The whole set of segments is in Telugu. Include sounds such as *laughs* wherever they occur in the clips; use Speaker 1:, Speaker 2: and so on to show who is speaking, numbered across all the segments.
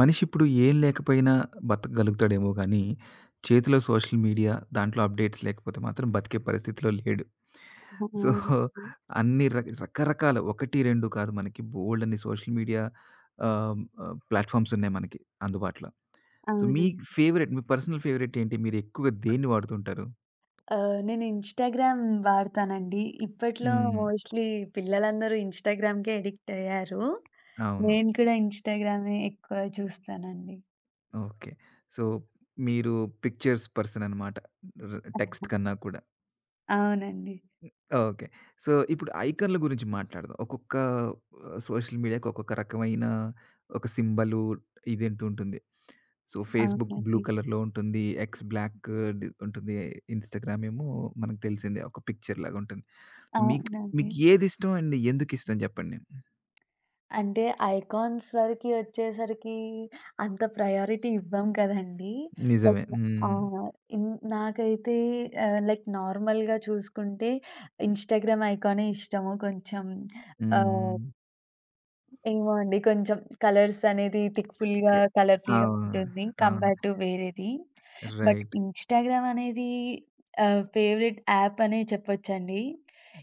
Speaker 1: మనిషిప్పుడు ఏం లేకపోయినా బతకగలుగుతాడేమో గానీ, చేతిలో సోషల్ మీడియా, దాంట్లో అప్‌డేట్స్ లేకపోతే మాత్రం బతికే పరిస్థితిలో లేడు. సో,
Speaker 2: అవునండి.
Speaker 1: అన్ని రకరకాల 1, 2 కాదు, మనకి బోలెడన్ని సోషల్ మీడియా ఆహ్, ఆహ్, ప్లాట్‌ఫార్మ్స్ ఉన్నాయి మనకి అందుబాటులో. సో, మీ
Speaker 2: అవునండి.
Speaker 1: ఫేవరెట్, మీ పర్సనల్ ఫేవరెట్ ఏంటి? మీరు ఎక్కువగా దేన్ని వాడుతుంటారు?
Speaker 2: నేను ఇన్‌స్టాగ్రామ్ వాడతానండి. ఇప్పట్లో
Speaker 1: హ్మ్.
Speaker 2: మోస్ట్‌లీ పిల్లలందరూ ఇన్‌స్టాగ్రామ్‌కే అడిక్ట్ అయ్యారు.
Speaker 1: అవును.
Speaker 2: నేను కూడా ఇన్‌స్టాగ్రామే ఎక్కువ చూస్తానండి.
Speaker 1: ఓకే. సో, మీరు పిక్చర్స్ పర్సన్ అనమాట. టెక్స్ట్ కన్నా కూడా.
Speaker 2: అవునండి.
Speaker 1: ఓకే. సో, ఇప్పుడు ఐకాన్‌ల గురించి మాట్లాడదాం. ఒక్కొక్క సోషల్ మీడియాకి ఒక్కొక్క రకమైన ఒక సింబలు ఇదంటూ ఉంటుంది. సో, ఫేస్‌బుక్ బ్లూ
Speaker 2: అవునండి.
Speaker 1: కలర్‌లో ఉంటుంది. ఎక్స్ బ్లాక్ ఉంటుంది. ఇన్‌స్టాగ్రామ్ ఏమో మనకు తెలిసిందే, ఒక పిక్చర్ లాగా ఉంటుంది. సో, మీకు
Speaker 2: అవునండి.
Speaker 1: మీకు ఏది ఇష్టం అండ్ ఎందుకిష్టం జెప్పండి?
Speaker 2: అంటే ఐకాన్స్ వరకి వచ్చేసరికి అంత ప్రయారిటీ ఇవ్వం కదండీ!
Speaker 1: నిజమే.
Speaker 2: లైక్ ఆ!
Speaker 1: హ్మ్.
Speaker 2: ఇన్ నాకైతే లైక్ నార్మల్‌గా చూసుకుంటే ఇన్‌స్టాగ్రామ్ ఐకానే ఇష్టము. కొంచెం ఆహ్
Speaker 1: హ్మ్.
Speaker 2: ఏమో అండి. కొంచెం కలర్స్ అనేది
Speaker 1: క
Speaker 2: థిక్‌ఫుల్‌గా, కలర్‌ఫుల్‌గా
Speaker 1: అవును.
Speaker 2: ఉంటుంది
Speaker 1: అవును.
Speaker 2: కంపేర్ టు వేరేది. But
Speaker 1: right.
Speaker 2: ఇన్‌స్టాగ్రామ్ అనేది ఫేవరెట్ యాప్ అనే చెప్పొచ్చండి.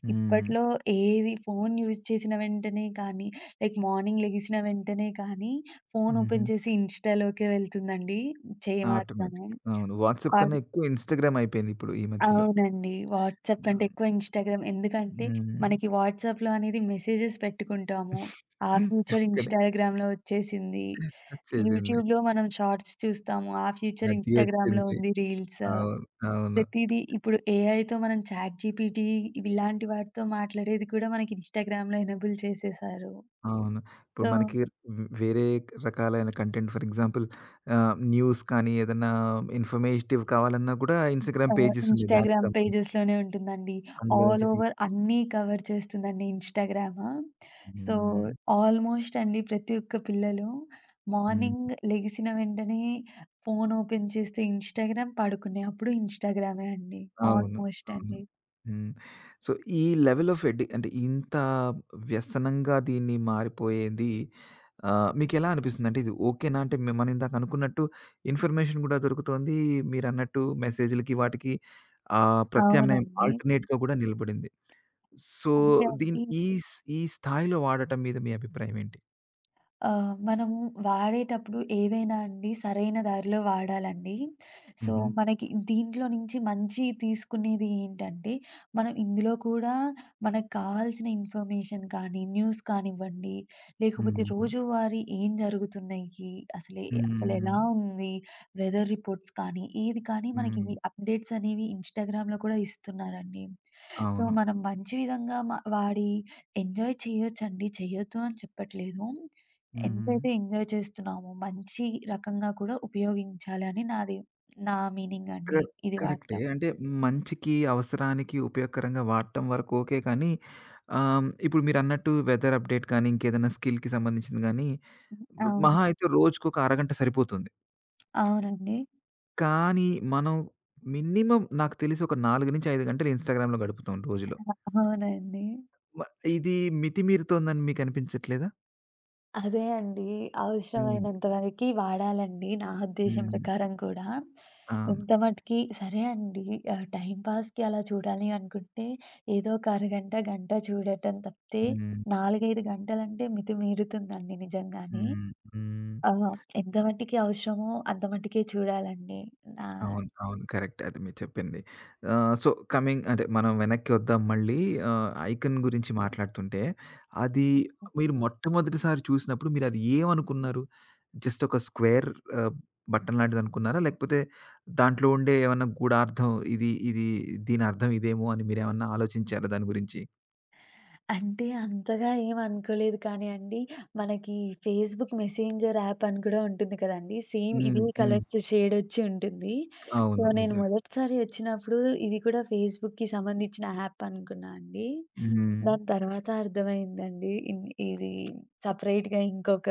Speaker 1: హ్మ్.
Speaker 2: ఇప్పట్లో ఏది ఫోను యూజ్ చేసిన వెంటనే కానీ, లైక్ మార్నింగ్ లెగిసిన వెంటనే కానీ, ఫోను
Speaker 1: హుహు.
Speaker 2: ఓపెన్ చేసి ఇన్‌స్టాలోకే వెళ్తుందండి. చెయ్యి మాత్రము.
Speaker 1: ఆటోమేటిక్. అవును. వాట్సాప్ కన్నా ఎక్కువ ఇన్‌స్టాగ్రామ్ అయిపోయింది ఇప్పుడు ఈ మధ్యలో.
Speaker 2: అవునండి. వాట్సాప్
Speaker 1: ఆ!
Speaker 2: కంటే ఎక్కువ ఇన్‌స్టాగ్రామ్. ఎందుకంటే,
Speaker 1: హ్మ్.
Speaker 2: మనకి వాట్సాప్‌లో అనేది మెసేజెస్ పెట్టుకుంటాము. ఆ ఫ్యూచర్
Speaker 1: అక్కడే
Speaker 2: ఇన్‌స్టాగ్రామ్‌లో వచ్చేసింది.
Speaker 1: వచ్చేసింది.
Speaker 2: యూట్యూబ్‌లో మనం షార్ట్స్ చూస్తాము. ఆ ఫ్యూచర్
Speaker 1: అది
Speaker 2: ఇన్‌స్టాగ్రామ్‌లో
Speaker 1: వచ్చింది.
Speaker 2: ఉంది రీల్స్.
Speaker 1: అవును. అవును.
Speaker 2: ప్రతీదీ ఇప్పుడు ఏఐతో మనం చాట్ జీపీటీ ఇవి ఇలాంటి వాటితో మాట్లాడేది కూడా మనకి ఇన్‌స్టాగ్రామ్‌లో ఎనేబుల్ చేసేసారు.
Speaker 1: అవును. ఇప్పుడు
Speaker 2: సో
Speaker 1: మనకి వేరే రకాలైన కంటెంట్, ఫర్ ఎగ్జాంపుల్ న్యూస్ కానీ, ఏదన్నా ఇన్ఫర్మేటివ్ కావాలన్నా కూడా ఇన్‌స్టాగ్రామ్ పేజెస్ ఉన్నాయి దానికి
Speaker 2: ఇన్‌స్టాగ్రామ్
Speaker 1: సంబంధించి.
Speaker 2: పేజెస్‌లోనే ఉంటుందండి.
Speaker 1: అందులో
Speaker 2: ఆల్
Speaker 1: నుంచి
Speaker 2: ఓవర్
Speaker 1: తీసుకు
Speaker 2: అన్నీ కవర్ చేస్తుందండి ఇన్‌స్టాగ్రామ్. సో,
Speaker 1: హ్మ్.
Speaker 2: ఆల్‌మోస్ట్ అండి ప్రతి ఒక్క పిల్లలు
Speaker 1: హ్మ్.
Speaker 2: మార్నింగ్ లెగిసిన వెంటనే ఫోన్ ఓపెన్ చేస్తే ఇన్‌స్టాగ్రామ్, పడుకునే అప్పుడు ఇన్‌స్టాగ్రామే అండి.
Speaker 1: అవును.
Speaker 2: ఆల్‌మోస్ట్
Speaker 1: అవును.
Speaker 2: అండి.
Speaker 1: హ్మ్. సో, ఈ లెవెల్ ఆఫ్ ఎడి అంటే ఇంత వ్యసనంగా దీన్ని మారిపోయేది, మీకెలా అనిపిస్తుందంటే, ఇది ఓకేనా? అంటే మనం ఇందాక అనుకున్నట్టు ఇన్ఫర్మేషన్ గూడా దొరుకుతోంది. మీరన్నట్టు మెసేజ్‌లకి వాటికి ప్రత్యామ్నాయం,
Speaker 2: అవునండి.
Speaker 1: ఆల్టర్‌నేట్‌గా గూడా నిలబడింది. సో,
Speaker 2: అంటే
Speaker 1: దీన్ని
Speaker 2: అండి
Speaker 1: ఈ ఈ స్థాయిలో వాడటం మీద మీ అభిప్రాయం ఏంటి?
Speaker 2: మనము వాడేటప్పుడు ఏదైనా అండి సరైన దారిలో వాడాలండి. సో,
Speaker 1: హుహు.
Speaker 2: మనకి దీంట్లో నుంచి మంచి తీసుకునేది ఏంటంటే, మనం ఇందులో కూడా మనకు కావాల్సిన ఇన్ఫర్మేషన్ కానీ, న్యూస్ కానివ్వండి, లేకపోతే
Speaker 1: హ్మ్.
Speaker 2: రోజువారీ ఏం జరుగుతున్నాయి, అసలే
Speaker 1: హ్మ్.
Speaker 2: అసలెలా ఉంది, వెదర్ రిపోర్ట్స్ కానీ, ఏది కానీ మనకి
Speaker 1: హ్మ్.
Speaker 2: ఇవి అప్‌డేట్స్ అనేవి ఇన్‌స్టాగ్రామ్‌లో కూడా ఇస్తున్నారండి. సో,
Speaker 1: అవును.
Speaker 2: మనం మంచి విధంగా వాడి ఎంజాయ్ చేయొచ్చండి, చేయొద్దు అని చెప్పట్లేదు.
Speaker 1: హ్మ్.
Speaker 2: ఎంతైతే ఎంజాయ్ చేస్తున్నామో, మంచి రకంగా కూడా ఉపయోగించాలి అని నా మీనింగ్
Speaker 1: క
Speaker 2: అండి. ఇది
Speaker 1: కరెక్టే.
Speaker 2: వాక్యం.
Speaker 1: అంటే మంచికి, అవసరానికి ఉపయోగకరంగా వాడటం వరకు ఓకే. కానీ ఇప్పుడు మీరన్నట్టు వెదర్ అప్‌డేట్ కానీ, ఇంకేదైనా స్కిల్‌కి సంబంధించింది గానీ
Speaker 2: హ్మ్. అవును.
Speaker 1: మహా అయితే రోజుకొక అరగంట సరిపోతుంది.
Speaker 2: అవునండి.
Speaker 1: కానీ మనం మినిమమ్ నాకు తెలిసి ఒక 4-5 గంటలు ఇన్‌స్టాగ్రామ్‌లో గడుపుతాం రోజులో.
Speaker 2: అవునండి.
Speaker 1: మ ఇది మితిమీరుతోందని మీకనిపించట్లేదా?
Speaker 2: అదే అండి.
Speaker 1: హ్మ్.
Speaker 2: అవసరమైనంత వరకి వాడాలండి నా ఉద్దేశ్యం
Speaker 1: హ్మ్.
Speaker 2: ప్రకారం కూడా.
Speaker 1: అవును.
Speaker 2: ఎంత మటికి సరే అండి టైమ్ పాస్‌కి అలా చూడాలి అనుకుంటే, ఏదో ఒక అరగంట, గంట చూడటం తప్పితే
Speaker 1: హ్మ్.
Speaker 2: 4, 5 గంటలంటే మితిమీరుతుందండి నిజంగానే.
Speaker 1: హ్మ్. హ్మ్.
Speaker 2: ఆ! ఎంత మటికి అవసరమో అంత మటికే చూడాలండి. నా
Speaker 1: అవును. అవును. కరెక్ట్. అది మీరు చెప్పింది. సో, కమింగ్ అంటే మనం వెనక్కి వద్దాం మళ్ళీ. 'ఐకాన్' గురించి మాట్లాడుతుంటే, అది మీరు మొట్టమొదటిసారి చూసినప్పుడు మీరది ఏమనుకున్నారు? జస్ట్ ఒక స్క్వేర్ ఆహ్, బటన్ లాంటిదనుకున్నారా? లేకపోతే దాంట్లో ఉండే ఏమన్నా గూఢార్థం ఇది దీనర్థం ఇదేమో అని మీరేమన్నా ఆలోచించారా దాని గురించి?
Speaker 2: అంటే అంతగా ఏం అనుకోలేదు కానీ అండి, మనకి ఫేస్‌బుక్ మెసెంజర్ యాప్ అని కూడా ఉంటుంది కదండీ! సేమ్
Speaker 1: హ్మ్.
Speaker 2: ఇదే
Speaker 1: హ్మ్.
Speaker 2: కలర్స్ షేడ్ వచ్చి ఉంటుంది. సో,
Speaker 1: అవును.
Speaker 2: నేను
Speaker 1: నిజమే.
Speaker 2: మొదటిసారి వచ్చినప్పుడు ఇది కూడా ఫేస్‌బుక్‌కి సంబంధించిన యాప్ అనుకున్నా అండి.
Speaker 1: హ్మ్.
Speaker 2: దాని తర్వాత అర్థమైందండి. ఇది సెపరేట్‌గా ఇంకొక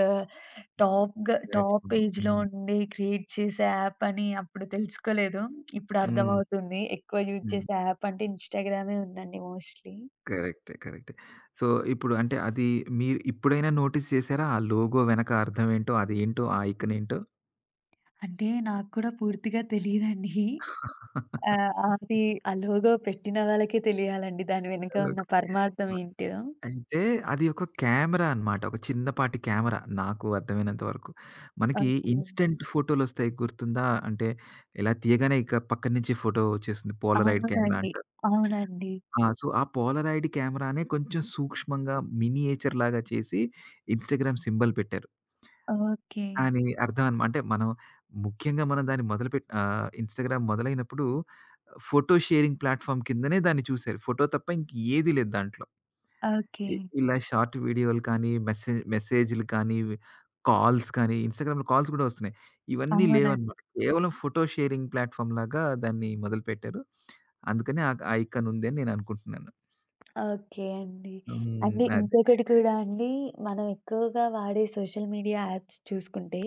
Speaker 2: టాప్
Speaker 1: ప్లాట్‌ఫార్మ్.
Speaker 2: పేజ్‌లో
Speaker 1: హ్మ్.
Speaker 2: ఉండి క్రియేట్ చేసే యాప్ అని అప్పుడు తెలుసుకోలేదు. ఇప్పుడు
Speaker 1: హ్మ్.
Speaker 2: అర్థమవుతుంది. ఎక్కువ యూజ్
Speaker 1: హ్మ్.
Speaker 2: చేసే యాప్ అంటే ఇన్‌స్టాగ్రామే ఉందండి మోస్ట్‌లీ.
Speaker 1: కరెక్టే. కరెక్టే. సో, ఇప్పుడు అంటే అది మీరు ఇప్పుడైనా నోటీస్ చేసారా? ఆ లోగో వెనక అర్థం ఏంటో, అదేంటో, ఆ ఐకాన్ ఏంటో?
Speaker 2: అంటే నాకు కూడా పూర్తిగా తెలీదండి. ఆ! అది ఆ లోగో పెట్టిన వాళ్ళకే తెలియాలండి. దాని వెనుక
Speaker 1: ఓకే.
Speaker 2: ఉన్న పరమార్థం
Speaker 1: మ
Speaker 2: ఏంటిదో.
Speaker 1: అయితే అది ఒక కెమెరా అన్నమాట. ఒక చిన్నపాటి
Speaker 2: హ్మ్.
Speaker 1: కెమెరా, నాకు అర్థమైనంత వరకు. మనకి
Speaker 2: ఓకే.
Speaker 1: ఇన్‌స్టంట్ ఫోటోలొస్తాయి గుర్తుందా? అంటే ఇలా తీయగానే ఇక పక్కన నుంచి ఫోటో వచ్చేస్తుంది. పోలరాయిడ్ కెమెరా
Speaker 2: అవునండి.
Speaker 1: అంటారు.
Speaker 2: అవునండి.
Speaker 1: ఆ! సో, ఆ పోలరాయిడ్ కెమెరానే కొంచెం సూక్ష్మంగా మినియేచర్‌లాగా చేసి ఇన్‌స్టాగ్రామ్ సింబల్ పెట్టారు.
Speaker 2: ఓకే.
Speaker 1: అని అర్థం అనమా అంటే మనం ముఖ్యంగా మనం దాన్ని మొదలుపెట్ ఇన్‌స్టాగ్రామ్ మొదలైనప్పుడు ఫోటో షేరింగ్ ప్లాట్‌ఫార్మ్ కిందనే దాన్ని చూసారు. ఫోటో తప్ప ఇంకేది లేదు దాంట్లో.
Speaker 2: ఓకే.
Speaker 1: ఇలా షార్ట్ వీడియోలు కానీ, మెసే మెసేజ్‌లు కానీ, కాల్స్ కానీ, ఇన్‌స్టాగ్రామ్‌లో కాల్స్ కూడా వస్తున్నాయి. ఇవన్నీ
Speaker 2: అవునండి.
Speaker 1: లేవనమాట. కేవలం ఫోటో షేరింగ్ ప్లాట్‌ఫార్మ్ లాగా దాన్ని మొదలుపెట్టారు. అందుకని ఆ ఆ ఐకాన్ ఉంది అని నేను అనుకుంటున్నాను.
Speaker 2: ఓకే అండి.
Speaker 1: హ్మ్.
Speaker 2: అంటే
Speaker 1: అదే.
Speaker 2: ఇంకొకటి కూడా అండి, మనం ఎక్కువగా వాడే సోషల్ మీడియా యాప్స్ చూసుకుంటే,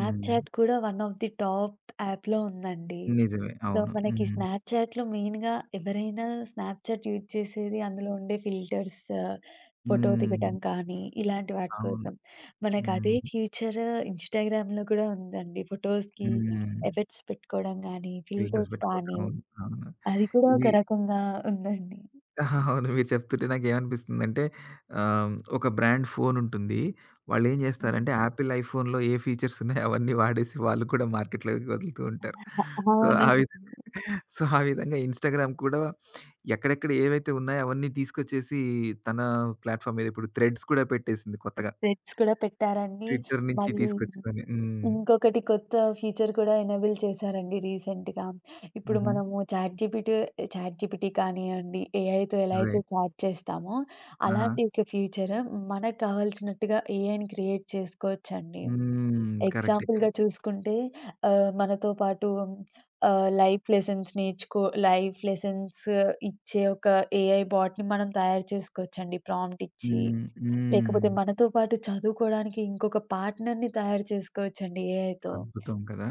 Speaker 1: హ్మ్.
Speaker 2: కూడా వన్ ఆఫ్ ది టాప్ యాప్‌లో ఉందండి.
Speaker 1: నిజమే.
Speaker 2: సో,
Speaker 1: అవును.
Speaker 2: మనకి
Speaker 1: హ్మ్.
Speaker 2: స్నాప్‌చాట్‌లో మెయిన్‌గా ఎవరైనా స్నాప్‌చాట్ యూజ్ చేసేది అందులో ఉండే ఫిల్టర్స్, ఫోటో దిగటం
Speaker 1: హ్మ్.
Speaker 2: కానీ, ఇలాంటి వాటి
Speaker 1: అవును.
Speaker 2: కోసం. మనకు అదే
Speaker 1: హ్మ్.
Speaker 2: ఫ్యూచర్ ఇన్‌స్టాగ్రామ్‌లో కూడా ఉందండి. ఫోటోస్‌కి
Speaker 1: హ్మ్.
Speaker 2: ఎఫెక్ట్స్ పెట్టుకోవడం గానీ,
Speaker 1: ఫిల్టర్స్
Speaker 2: ఫిల్టర్స్
Speaker 1: పెట్టుకోవటం.
Speaker 2: కానీ,
Speaker 1: అవును. అవును.
Speaker 2: అది కూడా
Speaker 1: ఇది
Speaker 2: ఒక
Speaker 1: *laughs*
Speaker 2: రకంగా ఉందండి.
Speaker 1: ఆహా! అవును. మీరు చెప్తుంటే నాకేమనిపిస్తుందంటే, ఒక బ్రాండ్ ఫోనుంటుంది. వాళ్ళేం
Speaker 2: హ్మ్.
Speaker 1: జేస్తారంటే, యాపిల్ ఐఫోన్‌లో ఏ ఫీచర్స్ ఉన్నాయో అవన్నీ వాడేసి వాళ్ళు కూడా మార్కెట్‌లోకి వదులుతూ ఉంటారు. సో,
Speaker 2: అవునండి.
Speaker 1: ఆ విధంగా సో, ఆ విధంగా ఇన్‌స్టాగ్రామ్ కూడా ఎక్కడెక్కడ ఏవైతే ఉన్నాయో అవన్నీ తీసుకొచ్చేసి తన ప్లాట్‌ఫామ్ మీద ఇప్పుడు థ్రెడ్స్ కూడా పెట్టేసింది కొత్తగా.
Speaker 2: థ్రెడ్స్ కూడా పెట్టారండి.
Speaker 1: ట్విట్టర్ నుంచి
Speaker 2: మళ్ళీ
Speaker 1: తీసుకొచ్చుకొని. హ్మ్.
Speaker 2: ఇంకొకటి కొత్త ఫీచర్ కూడా ఎనేబుల్ చేశారండి రీసెంట్‌గా. ఇప్పుడు
Speaker 1: హుహు.
Speaker 2: మనము చాట్‌జీపీటీ చాట్‌జీపీటీ కానియండి, ఏఐతో ఎలా అయితే
Speaker 1: రైట్.
Speaker 2: చాట్ చేస్తామో,
Speaker 1: ఆహా!
Speaker 2: అలాంటి ఒక ఫీచర్ మనకు కావాల్సినట్టుగా ఏఐని క్రియేట్ చేసుకోవచ్చండి.
Speaker 1: హ్మ్. కరెక్టే.
Speaker 2: ఎగ్జాంపుల్‌గా చూసుకుంటే మనతో పాటు లైఫ్ లెసన్స్ లైఫ్ లెసన్స్ ఇచ్చే ఒక ఏఐ బాట్‌ని మనం తయారు చేసుకోవచ్చండి ప్రాంప్ట్ ఇచ్చి.
Speaker 1: హ్మ్. హ్మ్.
Speaker 2: లేకపోతే మనతో పాటు చదువుకోడానికి ఇంకొక పార్ట్‌నర్‌ని తయారు చేసుకోవచ్చండి ఏఐతో.
Speaker 1: అద్భుతం కదా!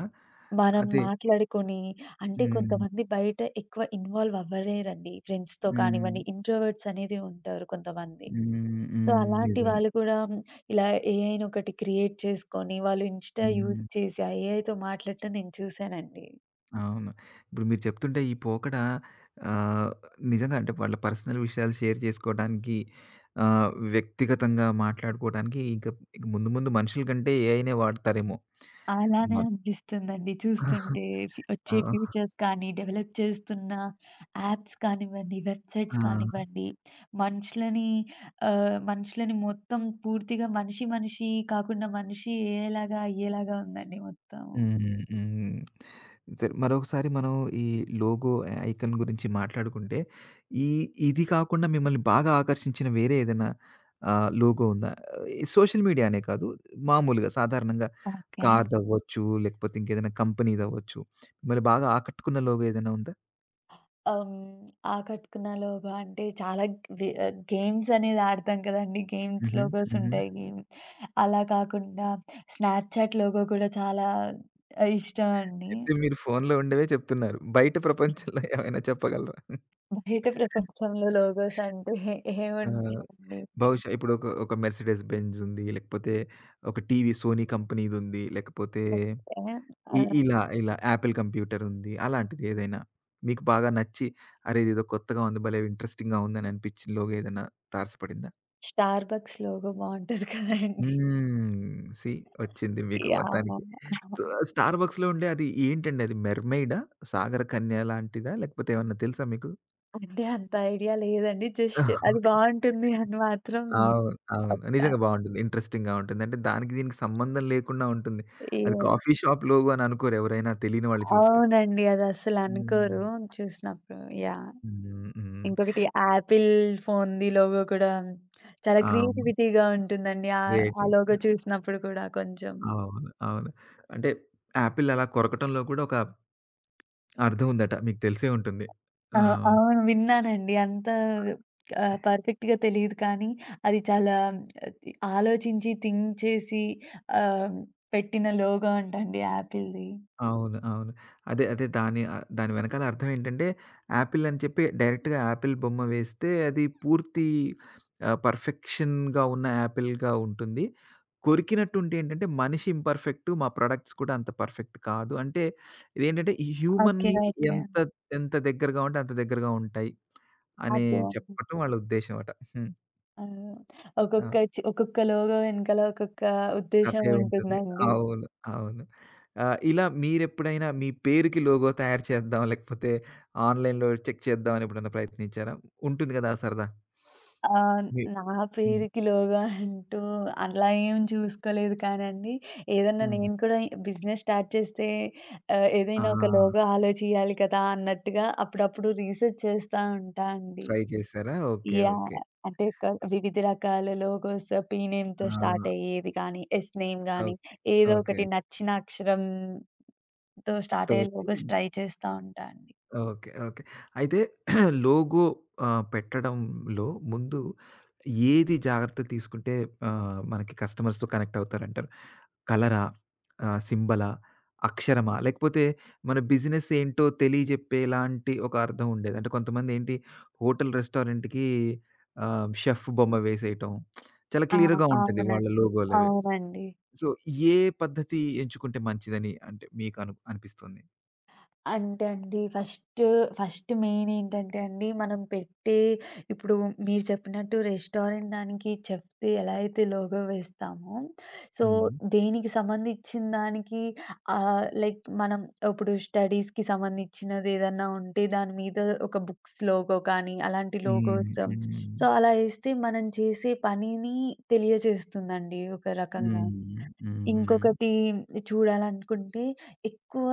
Speaker 2: మనం
Speaker 1: అదే.
Speaker 2: మాట్లాడుకొని అంటే
Speaker 1: హ్మ్.
Speaker 2: కొంతమంది బయట ఎక్కువ ఇన్వాల్వ్ అవ్వలేరండి. ఫ్రెండ్స్‌తో
Speaker 1: హ్మ్.
Speaker 2: కానివ్వండి, ఇంట్రోవర్ట్స్ అనేది ఉంటారు కొంతమంది.
Speaker 1: హ్మ్.
Speaker 2: సో,
Speaker 1: హ్మ్.
Speaker 2: అలాంటి
Speaker 1: నిజమే.
Speaker 2: వాళ్ళు కూడా ఇలా ఏఐని ఒకటి క్రియేట్ చేసుకొని, వాళ్ళు ఇన్‌స్టా యూజ్
Speaker 1: హ్మ్.
Speaker 2: చేసి ఆ ఏఐతో మాట్లాడటం నేను చూసానండి.
Speaker 1: అవును. ఇప్పుడు మీరు చెప్తుంటే ఈ పోకడ ఆహ్, నిజంగా అంటే వాళ్ళ పర్సనల్ విషయాలు షేర్ చేసుకోవడానికి, ఆహ్, వ్యక్తిగతంగా మాట్లాడుకోవడానికి ఇంక ఇక ముందు ముందు మనుషుల కంటే ఏఐనే వాడతారేమో.
Speaker 2: అలానే
Speaker 1: మొత్తం
Speaker 2: అనిపిస్తుందండి చూస్తుంటే.
Speaker 1: *laughs*
Speaker 2: వచ్చే
Speaker 1: ఆ!
Speaker 2: ఫీచర్స్ కానీ, డెవలప్ చేస్తున్న యాప్స్ కానివ్వండి,
Speaker 1: ఆ!
Speaker 2: వెబ్‌సైట్స్ కానివ్వండి, మనుషులని మనుషులని మొత్తం పూర్తిగా మనిషి మనిషి కాకుండా మనిషి ఏఐలాగా అయ్యేలాగా ఉందండి మొత్తం.
Speaker 1: హ్మ్. హ్మ్. సరే, మరొకసారి మనం ఈ లోగో, ఐకాన్ గురించి మాట్లాడుకుంటే, ఈ ఇది కాకుండా మిమ్మల్ని బాగా ఆకర్షించిన వేరే ఏదైనా లోగో ఉందా? ఈ సోషల్ మీడియా అనే కాదు, మామూలుగా సాధారణంగా
Speaker 2: ఓకే.
Speaker 1: కార్‌దవ్వచ్చు, లేకపోతే ఇంకేదైనా కంపెనీదవ్వచ్చు. మిమ్మల్ని బాగా ఆకట్టుకున్న లోగో ఏదైనా ఉందా?
Speaker 2: హ్మ్. ఆకట్టుకున్నలోగా అంటే చాలా గేమ్స్ అనేది ఆడతాం కదండీ! గేమ్స్
Speaker 1: హుహు.
Speaker 2: లోగోస్
Speaker 1: హుహు.
Speaker 2: ఉంటాయి. అలా కాకుండా స్నాప్‌చాట్ లోగో కూడా చాలా ఇష్టం అండి.
Speaker 1: అయితే మీరు ఫోన్‌లో ఉండేవే చెప్తున్నారు. బయట ప్రపంచంలో ఏమైనా చెప్పగలరా?
Speaker 2: బయట ప్రపంచంలో లోగోస్ అంటే
Speaker 1: ఆ!
Speaker 2: ఏముంటాయండి?
Speaker 1: బహుశా ఇప్పుడు ఒక 'మెర్సిడెస్ బెంజ్' ఉంది. లేకపోతే ఒక టీవీ 'సోనీ' కంపెనీదుంది. లేకపోతే
Speaker 2: ఓకే. ఆహ్,
Speaker 1: ఇలా 'యాపిల్ కంప్యూటర్' ఉంది. అలాంటిది ఏదైనా. మీకు బాగా నచ్చి అరే! ఇదేదో కొత్తగా ఉంది, భలే ఇంట్రెస్టింగ్‌గా ఉందని అనిపించిన లోగో ఏదైనా తారసపడిందా?
Speaker 2: స్టార్ బక్స్ లోగో బావుంటది కదండీ!
Speaker 1: హ్మ్. సీ వచ్చింది మీకు
Speaker 2: యాహ్!
Speaker 1: మొత్తానికి. సో, 'స్టార్ బక్స్‌లో' ఉండే అది ఏంటండి, అది మెర్‌మెయిడా? సాగర కన్య లాంటిదా? లేకపోతే ఏమన్నా తెలుసా మీకు?
Speaker 2: అంటే అంత ఐడియా లేదండి. జస్ట్ అది బావుంటుంది అని మాత్రం
Speaker 1: అవును. అవును. నిజంగా
Speaker 2: ఒకసారి
Speaker 1: బావుంటుంది. ఇంట్రెస్టింగ్‌గా ఉంటుంది. అంటే దానికి దీనికి సంబంధం లేకుండా ఉంటుంది. అది
Speaker 2: యెస్.
Speaker 1: కాఫీ షాప్ లోగో అని అనుకోరు ఎవరైనా తెలియని వాళ్ళు చూస్తే.
Speaker 2: అవునండి. అది అస్సలు అనుకోరు
Speaker 1: హ్మ్.
Speaker 2: చూసినప్పుడు. యాహ్!
Speaker 1: హ్మ్. హ్మ్.
Speaker 2: ఇంకొకటి
Speaker 1: ఓకే.
Speaker 2: యాపిల్ ఫోన్‌ది లోగో కూడా చాలా
Speaker 1: అవును.
Speaker 2: క్రియేటివిటీగా ఉంటుందండి. ఆ ఆ
Speaker 1: క్రియేటివ్.
Speaker 2: లోగో చూసినప్పుడు కూడా కొంచెం.
Speaker 1: అవును. అవును. అంటే యాపిల్ అలా కొరకటంలో కూడా ఒక అర్థం ఉందట. మీకు తెలిసే ఉంటుంది.
Speaker 2: ఆ!
Speaker 1: ఆ!
Speaker 2: అవును. విన్నానండి. అంత పర్ఫెక్ట్‌గా తెలీదు కానీ, అది చాలా ఆలోచించి థింక్ చేసి ఆహ్, పెట్టిన లోగో అంటండి యాపిల్‌ది.
Speaker 1: అవును. అవును. అదే దాని దాని వెనకాల అర్థం ఏంటంటే, యాపిల్ అని చెప్పి డైరెక్ట్‌గా యాపిల్ బొమ్మ వేస్తే అది పూర్తి పర్ఫెక్షన్‌గా ఉన్న యాపిల్‌గా ఉంటుంది. కొరికినట్టు ఉంటే ఏంటంటే, మనిషి ఇంపర్ఫెక్ట్, మా ప్రొడక్ట్స్ కూడా అంత పర్ఫెక్ట్ కాదు. అంటే ఇదేంటంటే
Speaker 2: ఓకే.
Speaker 1: Humanly
Speaker 2: okay.
Speaker 1: ఎంత ఎంత దగ్గరగా ఉంటే అంత దగ్గరగా ఉంటాయి అని
Speaker 2: అదే అండి.
Speaker 1: చెప్పటం వాళ్ళ ఉద్దేశ్యం అట. హ్మ్.
Speaker 2: ఆ!
Speaker 1: ఆ!
Speaker 2: ఒక్కొక్క లోగో వెనకాల ఒక్కొక్క ఉద్దేశ్యం
Speaker 1: కథే ఉంటుంది.
Speaker 2: ఉంటుందండి.
Speaker 1: అవును. అవును. ఇలా మీరెప్పుడైనా మీ పేరుకి లోగో తయారు చేద్దాం, లేకపోతే ఆన్‌లైన్‌లో చెక్ చేద్దాం అని ఎప్పుడైనా ప్రయత్నించారా? ఉంటుంది కదా! ఆ సరదా.
Speaker 2: ఆ!
Speaker 1: మీ
Speaker 2: నా
Speaker 1: హ్మ్.
Speaker 2: పేరుకి లోగో అంటూ అలా ఏం చూసుకోలేదు కానండి. ఏదన్నా
Speaker 1: హ్మ్.
Speaker 2: నేను కూడా బిజినెస్ స్టార్ట్ చేస్తే
Speaker 1: ఆ!
Speaker 2: ఏదైనా ఒక లోగో ఆలోచియాలి కదా! అన్నట్టుగా అప్పుడప్పుడు రీసెర్చ్ చేస్తా ఉంటా అండి.
Speaker 1: ట్రై చేశారా? ఓకే.
Speaker 2: యాహ్!
Speaker 1: ఓకే.
Speaker 2: అంటే వివిధ రకాల లోగోస్ P నేమ్‌తో స్టార్ట్
Speaker 1: ఆ!
Speaker 2: అయ్యేది గానీ, S నేమ్ గానీ,
Speaker 1: ఓకే.
Speaker 2: ఏదో
Speaker 1: ఓకే.
Speaker 2: ఒకటి నచ్చిన అక్షరంతో స్టార్ట్ అయ్యే
Speaker 1: తోటి
Speaker 2: లోగోస్ ట్రై చేస్తా ఉంటా అండి.
Speaker 1: ఓకే. ఓకే. అయితే *clears throat* లోగో పెట్టడంలో ముందు ఏది జాగ్రత్త తీసుకుంటే మనకి కస్టమర్స్‌తో కనెక్ట్ అవుతారంటారు? కలరా? సింబలా? అక్షరమా? లేకపోతే మన బిజినెస్ ఏంటో తెలియజెప్పేలాంటి ఒక అర్థం ఉండేది. అంటే కొంతమంది ఏంటి హోటల్, రెస్టారెంట్‌కి షెఫ్ బొమ్మ వేసేయటం. చాలా
Speaker 2: ఆ!
Speaker 1: క్లియర్‌గా ఉంటది వాళ్ళ
Speaker 2: అవునండి.
Speaker 1: లోగోలవి.
Speaker 2: అవునండి.
Speaker 1: సో, ఏ పద్ధతి ఎంచుకుంటే మంచిదని అంటే మీకు అనిపిస్తుంది?
Speaker 2: అంటే అండి ఫస్ట్ మెయిన్ ఏంటంటే అండి మనం పెట్టే ఇప్పుడు మీరు చెప్పినట్టు రెస్టారెంట్ దానికి చెఫ్‌ది ఎలా అయితే లోగో వేస్తామో, సో,
Speaker 1: హ్మ్.
Speaker 2: దేనికి సంబంధించిన దానికి లైక్ మనం ఇప్పుడు స్టడీస్‌కి సంబంధించినది ఏదన్నా ఉంటే దాని మీద ఒక బుక్స్ లోగో కానీ అలాంటి
Speaker 1: హ్మ్.
Speaker 2: లోగోస్
Speaker 1: హ్మ్.
Speaker 2: సో, అలా ఏస్తే మనం చేసే పనిని తెలియజేస్తుందండి ఒక రకంగా.
Speaker 1: హ్మ్. హ్మ్.
Speaker 2: ఇంకొకటి చూడాలనుకుంటే ఎక్కువ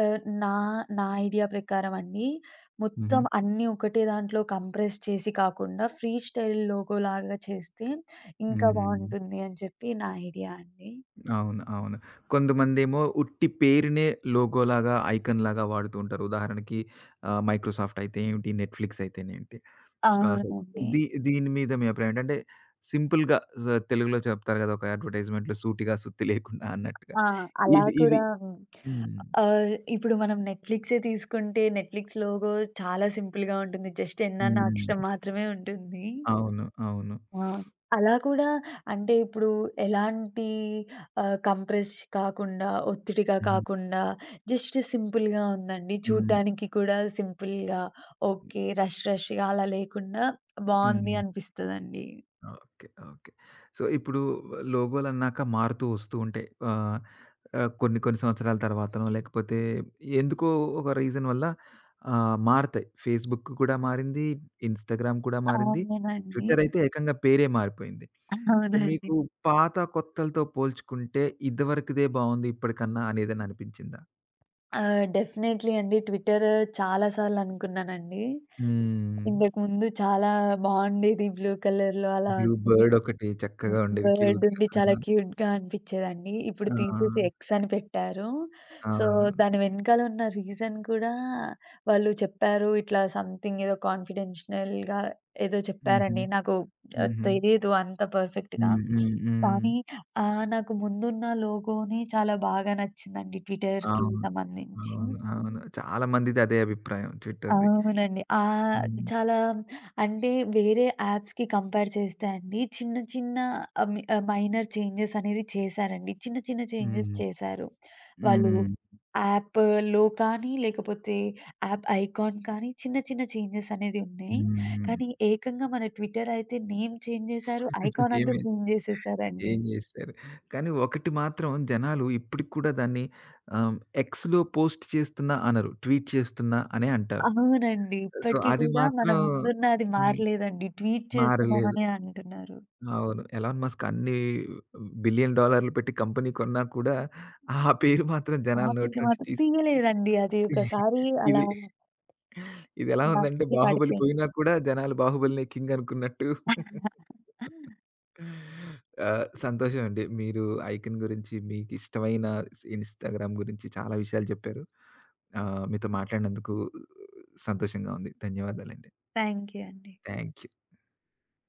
Speaker 2: ఆహ్, నా, నా ఐడియా ప్రకారం అండి.
Speaker 1: హుహు.
Speaker 2: మొత్తం అన్నీ ఒకటే దాంట్లో కంప్రెస్ చేసి కాకుండా ఫ్రీ స్టైల్ లోగోలాగా చేస్తే ఇంకా
Speaker 1: హ్మ్.
Speaker 2: బావుంటుంది అని చెప్పి నా ఐడియా అండి.
Speaker 1: అవును. అవును. కొంతమందేమో ఉట్టి పేరునే లోగోలాగా, ఐకాన్‌లాగా వాడుతూ ఉంటారు. ఉదాహరణకి మైక్రోసాఫ్ట్ అయితే ఏంటి, నెట్‌ఫ్లిక్స్ అయితేనేంటి. సో,
Speaker 2: అవునండి.
Speaker 1: దీ దీని మీద మీ అభిప్రాయం ఏంటి? అంటే సింపుల్‌గా స తెలుగులో చెప్తారు కదా! ఒక అడ్వర్టైజ్‌మెంట్‌లో సూటిగా, సుత్తి లేకుండా అన్నట్టుగా.
Speaker 2: ఆ! అలా
Speaker 1: ఇది ఇది
Speaker 2: కూడా
Speaker 1: హ్మ్.
Speaker 2: ఇప్పుడు మనం నెట్‌ఫ్లిక్సే తీసుకుంటే నెట్‌ఫ్లిక్స్ లోగో చాలా సింపుల్‌గా ఉంటుంది. జస్ట్ N అన్న
Speaker 1: హ్మ్.
Speaker 2: అక్షరం మాత్రమే ఉంటుంది.
Speaker 1: అవును. అవును.
Speaker 2: ఆ! అలా కూడా అంటే ఇప్పుడు ఎలాంటి కంప్రెస్ కాకుండా, ఒత్తిడిగా
Speaker 1: హుహు.
Speaker 2: కాకుండా జస్ట్ సింపుల్‌గా ఉందండి.
Speaker 1: హ్మ్.
Speaker 2: చూడటానికి కూడా సింపుల్‌గా ఓకే. రష్‌గా అలా లేకుండా బావుంది
Speaker 1: హ్మ్.
Speaker 2: అనిపిస్తదండి.
Speaker 1: ఓకే. ఓకే. సో, ఇప్పుడు లోగోలన్నాక మారుతూ వస్తూ ఉంటాయి. ఆహ్ ఆహ్, కొన్ని కొన్ని సంవత్సరాల తర్వాతనో లేకపోతే ఎందుకో ఒక రీజన్ వల్ల మారతాయి. ఫేస్‌బుక్ కూడా మారింది, ఇన్‌స్టాగ్రామ్ కూడా మారింది,
Speaker 2: అవునండి.
Speaker 1: ట్విట్టర్ అయితే ఏకంగా పేరే మారిపోయింది. సో,
Speaker 2: అవునండి.
Speaker 1: మీకు పాత, కొత్తలతో పోల్చుకుంటే ఇదివరకుదే బావుంది ఇప్పటికన్నా అనేదని అనిపించిందా?
Speaker 2: ఆ! డెఫినైట్‌లీ అండి. ట్విట్టర్ చాలా సార్లు అనుకున్నానండి.
Speaker 1: హ్మ్.
Speaker 2: ఇంతకుముందు చాలా బావుండేది. బ్లూ కలర్‌లో అలా
Speaker 1: బ్లూ
Speaker 2: ఉండేది.
Speaker 1: బర్డ్ ఒకటి
Speaker 2: హ్మ్.
Speaker 1: చక్కగా ఉండేది
Speaker 2: బర్డ్
Speaker 1: క్యూట్‌గా.
Speaker 2: ఉండి చాలా క్యూట్‌గా అనిపిచ్చేదండి. ఇప్పుడు
Speaker 1: ఆ! ఆ!
Speaker 2: తీసేసి ఎగ్స్ అని పెట్టారు. సో,
Speaker 1: అవును.
Speaker 2: దాని వెనకాల ఉన్న రీజన్ కూడా వాళ్ళు చెప్పారు. ఇట్లా సంథింగ్ ఏదో కాన్ఫిడెన్షియల్‌గా ఏదో
Speaker 1: హుహు.
Speaker 2: చెప్పారండి. నాకు
Speaker 1: హుహు.
Speaker 2: తెలీదు అంత పర్ఫెక్ట్‌గా.
Speaker 1: హ్మ్. హ్మ్. హ్మ్.
Speaker 2: కానీ నాకు ముందున్న లోగోనే చాలా బాగా నచ్చిందండి ట్విట్టర్‌కి
Speaker 1: అవును.
Speaker 2: సంబంధించి.
Speaker 1: అవును. అవును. చాలా మందిది అదే అభిప్రాయం ట్విట్టర్‌ది.
Speaker 2: అవునండి.
Speaker 1: హ్మ్.
Speaker 2: చాలా అంటే వేరే యాప్స్‌కి కంపేర్ చేస్తే అండి చిన్న చిన్న మైనర్ చేంజెస్ అనేది చేశారండి. చిన్న చిన్న చేంజెస్
Speaker 1: హ్మ్.
Speaker 2: చేశారు. వాళ్ళు
Speaker 1: హ్మ్.
Speaker 2: యాప్‌లో కానీ, లేకపోతే యాప్ ఐకాన్ కానీ చిన్న చిన్న చేంజెస్ అనేది ఉన్నాయి.
Speaker 1: హ్మ్.
Speaker 2: కానీ ఏకంగా మన ట్విట్టర్ అయితే నేమ్ చేంజ్ చేశారు.
Speaker 1: *laughs*
Speaker 2: ఐకాన్ అంతా
Speaker 1: ఏమి
Speaker 2: చేంజ్ చేసేసారండి.
Speaker 1: చేంజ్ చేశారు. కానీ ఒకటి మాత్రం జనాలు ఇప్పటికి కూడా దాన్ని ఆహ్, ఎక్స్‌లో పోస్ట్ చేస్తున్నా అనరు. ట్వీట్ చేస్తున్నా అనే అంటారు.
Speaker 2: అవునండి.
Speaker 1: సో,
Speaker 2: ఇప్పటికి
Speaker 1: అది
Speaker 2: కూడా మన
Speaker 1: మాత్రం
Speaker 2: ముందున్న అది
Speaker 1: హ్మ్.
Speaker 2: మారలేదండి. ట్వీట్
Speaker 1: మారలేదు.
Speaker 2: చేస్తున్నామనే అంటున్నారు.
Speaker 1: అవును. ఎలాన్ మస్క్ అన్ని బిలియన్ డాలర్లు పెట్టి కంపెనీ కొన్నా కూడా ఆ పేరు మాత్రం జనాల
Speaker 2: కాపీలు
Speaker 1: నోట్లోంచి
Speaker 2: మాత్రం
Speaker 1: తీసి
Speaker 2: తీయలేదండి. అది ఒకసారి అలా
Speaker 1: ఇది ఇది ఎలా ఉందంటే
Speaker 2: నచ్చి
Speaker 1: 'బాహుబలి'
Speaker 2: పడిపోయింది.
Speaker 1: పోయినా కూడా జనాలు 'బాహుబలినే కింగ్' అనుకున్నట్టు సంతోషం అండి. మీరు ఐకాన్ గురించి, మీకిష్టమైన ఇన్‌స్టాగ్రామ్ గురించి చాలా విషయాలు చెప్పారు. మీతో మాట్లాడినందుకు సంతోషంగా ఉంది. ధన్యవాదాలండి.
Speaker 2: థాంక్ యూ అండి.
Speaker 1: Thank you.